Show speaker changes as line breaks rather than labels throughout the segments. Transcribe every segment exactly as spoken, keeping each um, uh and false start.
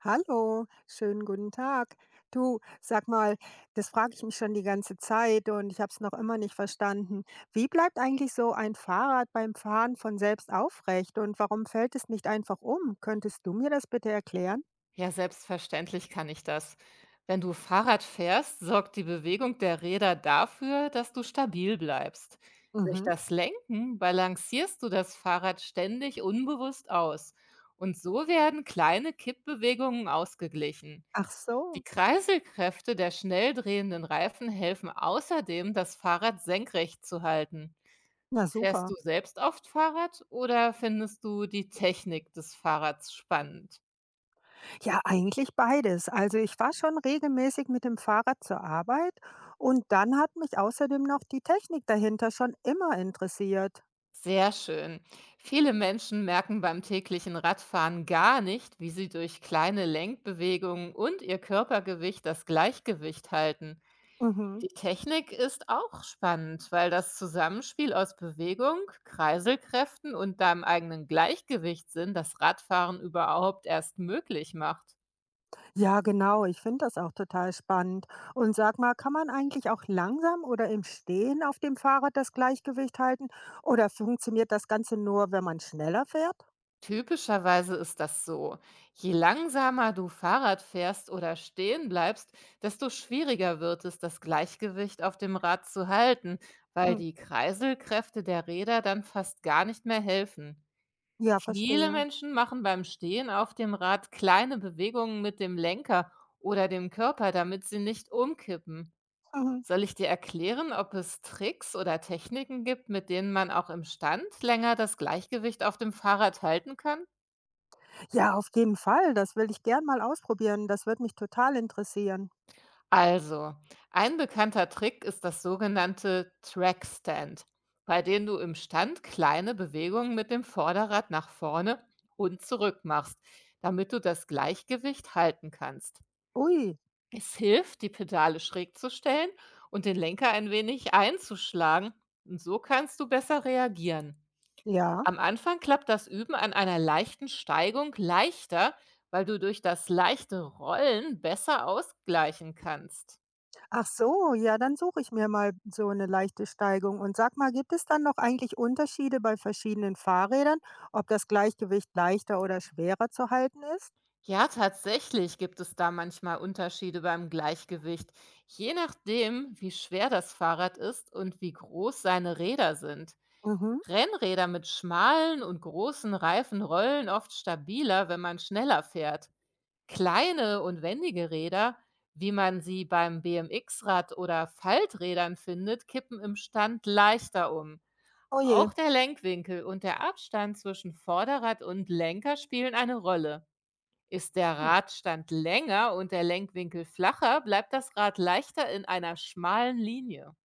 Hallo, schönen guten Tag. Du, sag mal, das frage ich mich schon die ganze Zeit und ich habe es noch immer nicht verstanden. Wie bleibt eigentlich so ein Fahrrad beim Fahren von selbst aufrecht und warum fällt es nicht einfach um? Könntest du mir das bitte erklären?
Ja, selbstverständlich kann ich das. Wenn du Fahrrad fährst, sorgt die Bewegung der Räder dafür, dass du stabil bleibst. Durch
Mhm.
das Lenken balancierst du das Fahrrad ständig unbewusst aus. Und so werden kleine Kippbewegungen ausgeglichen.
Ach
Die
so.
Kreiselkräfte der schnell drehenden Reifen helfen außerdem, das Fahrrad senkrecht zu halten.
Na
Fährst
super.
du selbst oft Fahrrad oder findest du die Technik des Fahrrads spannend?
Ja, eigentlich beides. Also ich war schon regelmäßig mit dem Fahrrad zur Arbeit und dann hat mich außerdem noch die Technik dahinter schon immer interessiert.
Sehr schön. Viele Menschen merken beim täglichen Radfahren gar nicht, wie sie durch kleine Lenkbewegungen und ihr Körpergewicht das Gleichgewicht halten.
Mhm.
Die Technik ist auch spannend, weil das Zusammenspiel aus Bewegung, Kreiselkräften und deinem eigenen Gleichgewichtssinn das Radfahren überhaupt erst möglich macht.
Ja, genau. Ich finde das auch total spannend. Und sag mal, kann man eigentlich auch langsam oder im Stehen auf dem Fahrrad das Gleichgewicht halten? Oder funktioniert das Ganze nur, wenn man schneller fährt?
Typischerweise ist das so. Je langsamer du Fahrrad fährst oder stehen bleibst, desto schwieriger wird es, das Gleichgewicht auf dem Rad zu halten, weil
Hm.
die Kreiselkräfte der Räder dann fast gar nicht mehr helfen.
Ja,
Viele
verstehe.
Menschen machen beim Stehen auf dem Rad kleine Bewegungen mit dem Lenker oder dem Körper, damit sie nicht umkippen.
Mhm.
Soll ich dir erklären, ob es Tricks oder Techniken gibt, mit denen man auch im Stand länger das Gleichgewicht auf dem Fahrrad halten kann?
Ja, auf jeden Fall. Das will ich gern mal ausprobieren. Das wird mich total interessieren.
Also, ein bekannter Trick ist das sogenannte Trackstand, bei dem du im Stand kleine Bewegungen mit dem Vorderrad nach vorne und zurück machst, damit du das Gleichgewicht halten kannst.
Ui,
Es hilft, die Pedale schräg zu stellen und den Lenker ein wenig einzuschlagen, und so kannst du besser reagieren.
ja.
Am Anfang klappt das Üben an einer leichten Steigung leichter, weil du durch das leichte Rollen besser ausgleichen kannst.
Ach so, ja, dann suche ich mir mal so eine leichte Steigung. Und sag mal, gibt es dann noch eigentlich Unterschiede bei verschiedenen Fahrrädern, ob das Gleichgewicht leichter oder schwerer zu halten ist?
Ja, tatsächlich gibt es da manchmal Unterschiede beim Gleichgewicht, je nachdem, wie schwer das Fahrrad ist und wie groß seine Räder sind.
Mhm.
Rennräder mit schmalen und großen Reifen rollen oft stabiler, wenn man schneller fährt. Kleine und wendige Räder, wie man sie beim B M X-Rad oder Falträdern findet, kippen im Stand leichter um.
Oh je.
Auch der Lenkwinkel und der Abstand zwischen Vorderrad und Lenker spielen eine Rolle. Ist der
Hm,
Radstand länger und der Lenkwinkel flacher, bleibt das Rad leichter in einer schmalen Linie.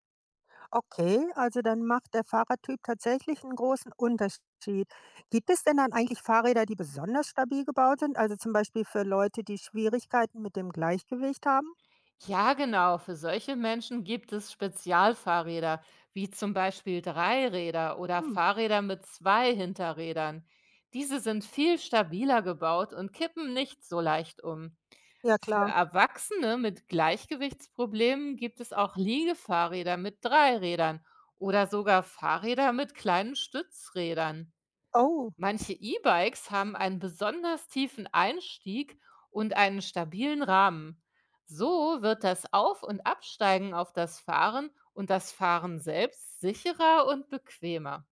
okay, also dann macht der Fahrradtyp tatsächlich einen großen Unterschied. Gibt es denn dann eigentlich Fahrräder, die besonders stabil gebaut sind, also zum Beispiel für Leute, die Schwierigkeiten mit dem Gleichgewicht haben?
Ja, genau. Für solche Menschen gibt es Spezialfahrräder, wie zum Beispiel Dreiräder oder
Hm,
Fahrräder mit zwei Hinterrädern. Diese sind viel stabiler gebaut und kippen nicht so leicht um.
ja
Für
klar.
Erwachsene mit Gleichgewichtsproblemen gibt es auch Liegefahrräder mit Dreirädern oder sogar Fahrräder mit kleinen Stützrädern.
Oh,
Manche E Bikes haben einen besonders tiefen Einstieg und einen stabilen Rahmen. So wird das Auf- und Absteigen auf das Fahren und das Fahren selbst sicherer und bequemer.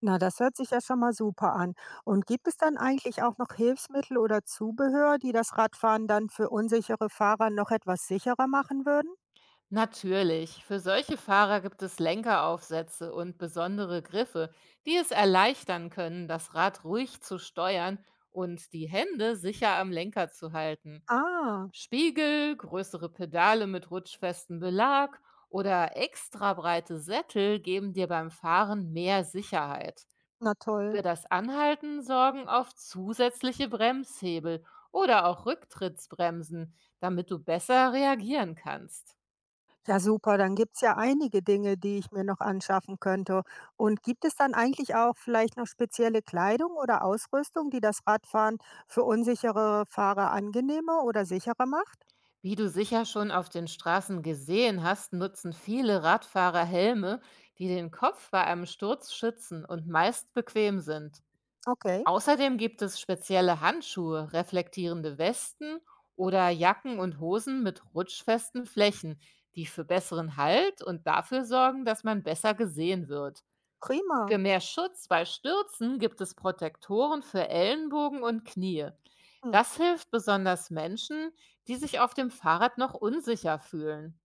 na, das hört sich ja schon mal super an. Und gibt es dann eigentlich auch noch Hilfsmittel oder Zubehör, die das Radfahren dann für unsichere Fahrer noch etwas sicherer machen würden?
Natürlich, für solche Fahrer gibt es Lenkeraufsätze und besondere Griffe, die es erleichtern können, das Rad ruhig zu steuern und die Hände sicher am Lenker zu halten.
Ah,
Spiegel, größere Pedale mit rutschfestem Belag oder extra breite Sättel geben dir beim Fahren mehr Sicherheit.
na toll.
Für das Anhalten sorgen oft zusätzliche Bremshebel oder auch Rücktrittsbremsen, damit du besser reagieren kannst.
Ja, super, dann gibt's ja einige Dinge, die ich mir noch anschaffen könnte. Und gibt es dann eigentlich auch vielleicht noch spezielle Kleidung oder Ausrüstung, die das Radfahren für unsichere Fahrer angenehmer oder sicherer macht?
Wie du sicher schon auf den Straßen gesehen hast, nutzen viele Radfahrer Helme, die den Kopf bei einem Sturz schützen und meist bequem sind.
Okay,
Außerdem gibt es spezielle Handschuhe, reflektierende Westen oder Jacken und Hosen mit rutschfesten Flächen, die für besseren Halt und dafür sorgen, dass man besser gesehen wird. Für
prima.
mehr Schutz bei Stürzen gibt es Protektoren für Ellenbogen und Knie.
Hm.
Das hilft besonders Menschen, die sich auf dem Fahrrad noch unsicher fühlen.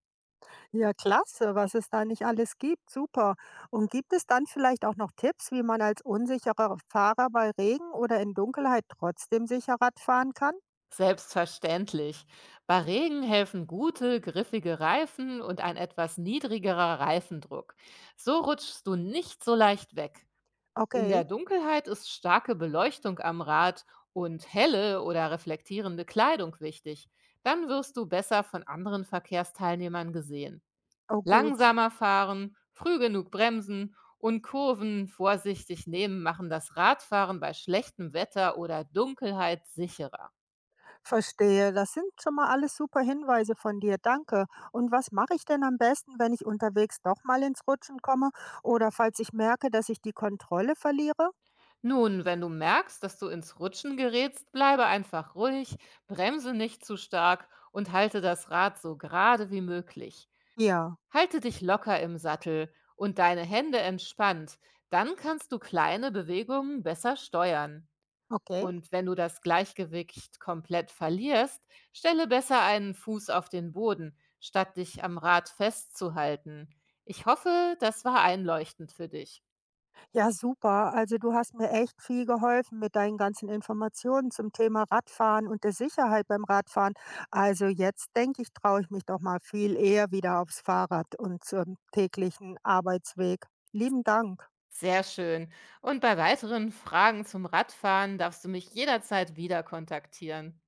Ja, klasse, was es da nicht alles gibt. Super. Und gibt es dann vielleicht auch noch Tipps, wie man als unsicherer Fahrer bei Regen oder in Dunkelheit trotzdem sicher Rad fahren kann?
Selbstverständlich. Bei Regen helfen gute, griffige Reifen und ein etwas niedrigerer Reifendruck. So rutschst du nicht so leicht weg. In
Okay,
der Dunkelheit ist starke Beleuchtung am Rad und helle oder reflektierende Kleidung wichtig. Dann wirst du besser von anderen Verkehrsteilnehmern gesehen.
oh gut.
Langsamer fahren, früh genug bremsen und Kurven vorsichtig nehmen machen das Radfahren bei schlechtem Wetter oder Dunkelheit sicherer.
Verstehe, das sind schon mal alles super Hinweise von dir, danke. Und was mache ich denn am besten, wenn ich unterwegs doch mal ins Rutschen komme oder falls ich merke, dass ich die Kontrolle verliere?
Nun, wenn du merkst, dass du ins Rutschen gerätst, bleibe einfach ruhig, bremse nicht zu stark und halte das Rad so gerade wie möglich.
Ja,
Halte dich locker im Sattel und deine Hände entspannt, dann kannst du kleine Bewegungen besser steuern.
okay.
Und wenn du das Gleichgewicht komplett verlierst, stelle besser einen Fuß auf den Boden, statt dich am Rad festzuhalten. Ich hoffe, das war einleuchtend für dich.
Ja, super. Also du hast mir echt viel geholfen mit deinen ganzen Informationen zum Thema Radfahren und der Sicherheit beim Radfahren. Also jetzt denke ich, traue ich mich doch mal viel eher wieder aufs Fahrrad und zum täglichen Arbeitsweg. Lieben Dank.
Sehr schön. Und bei weiteren Fragen zum Radfahren darfst du mich jederzeit wieder kontaktieren.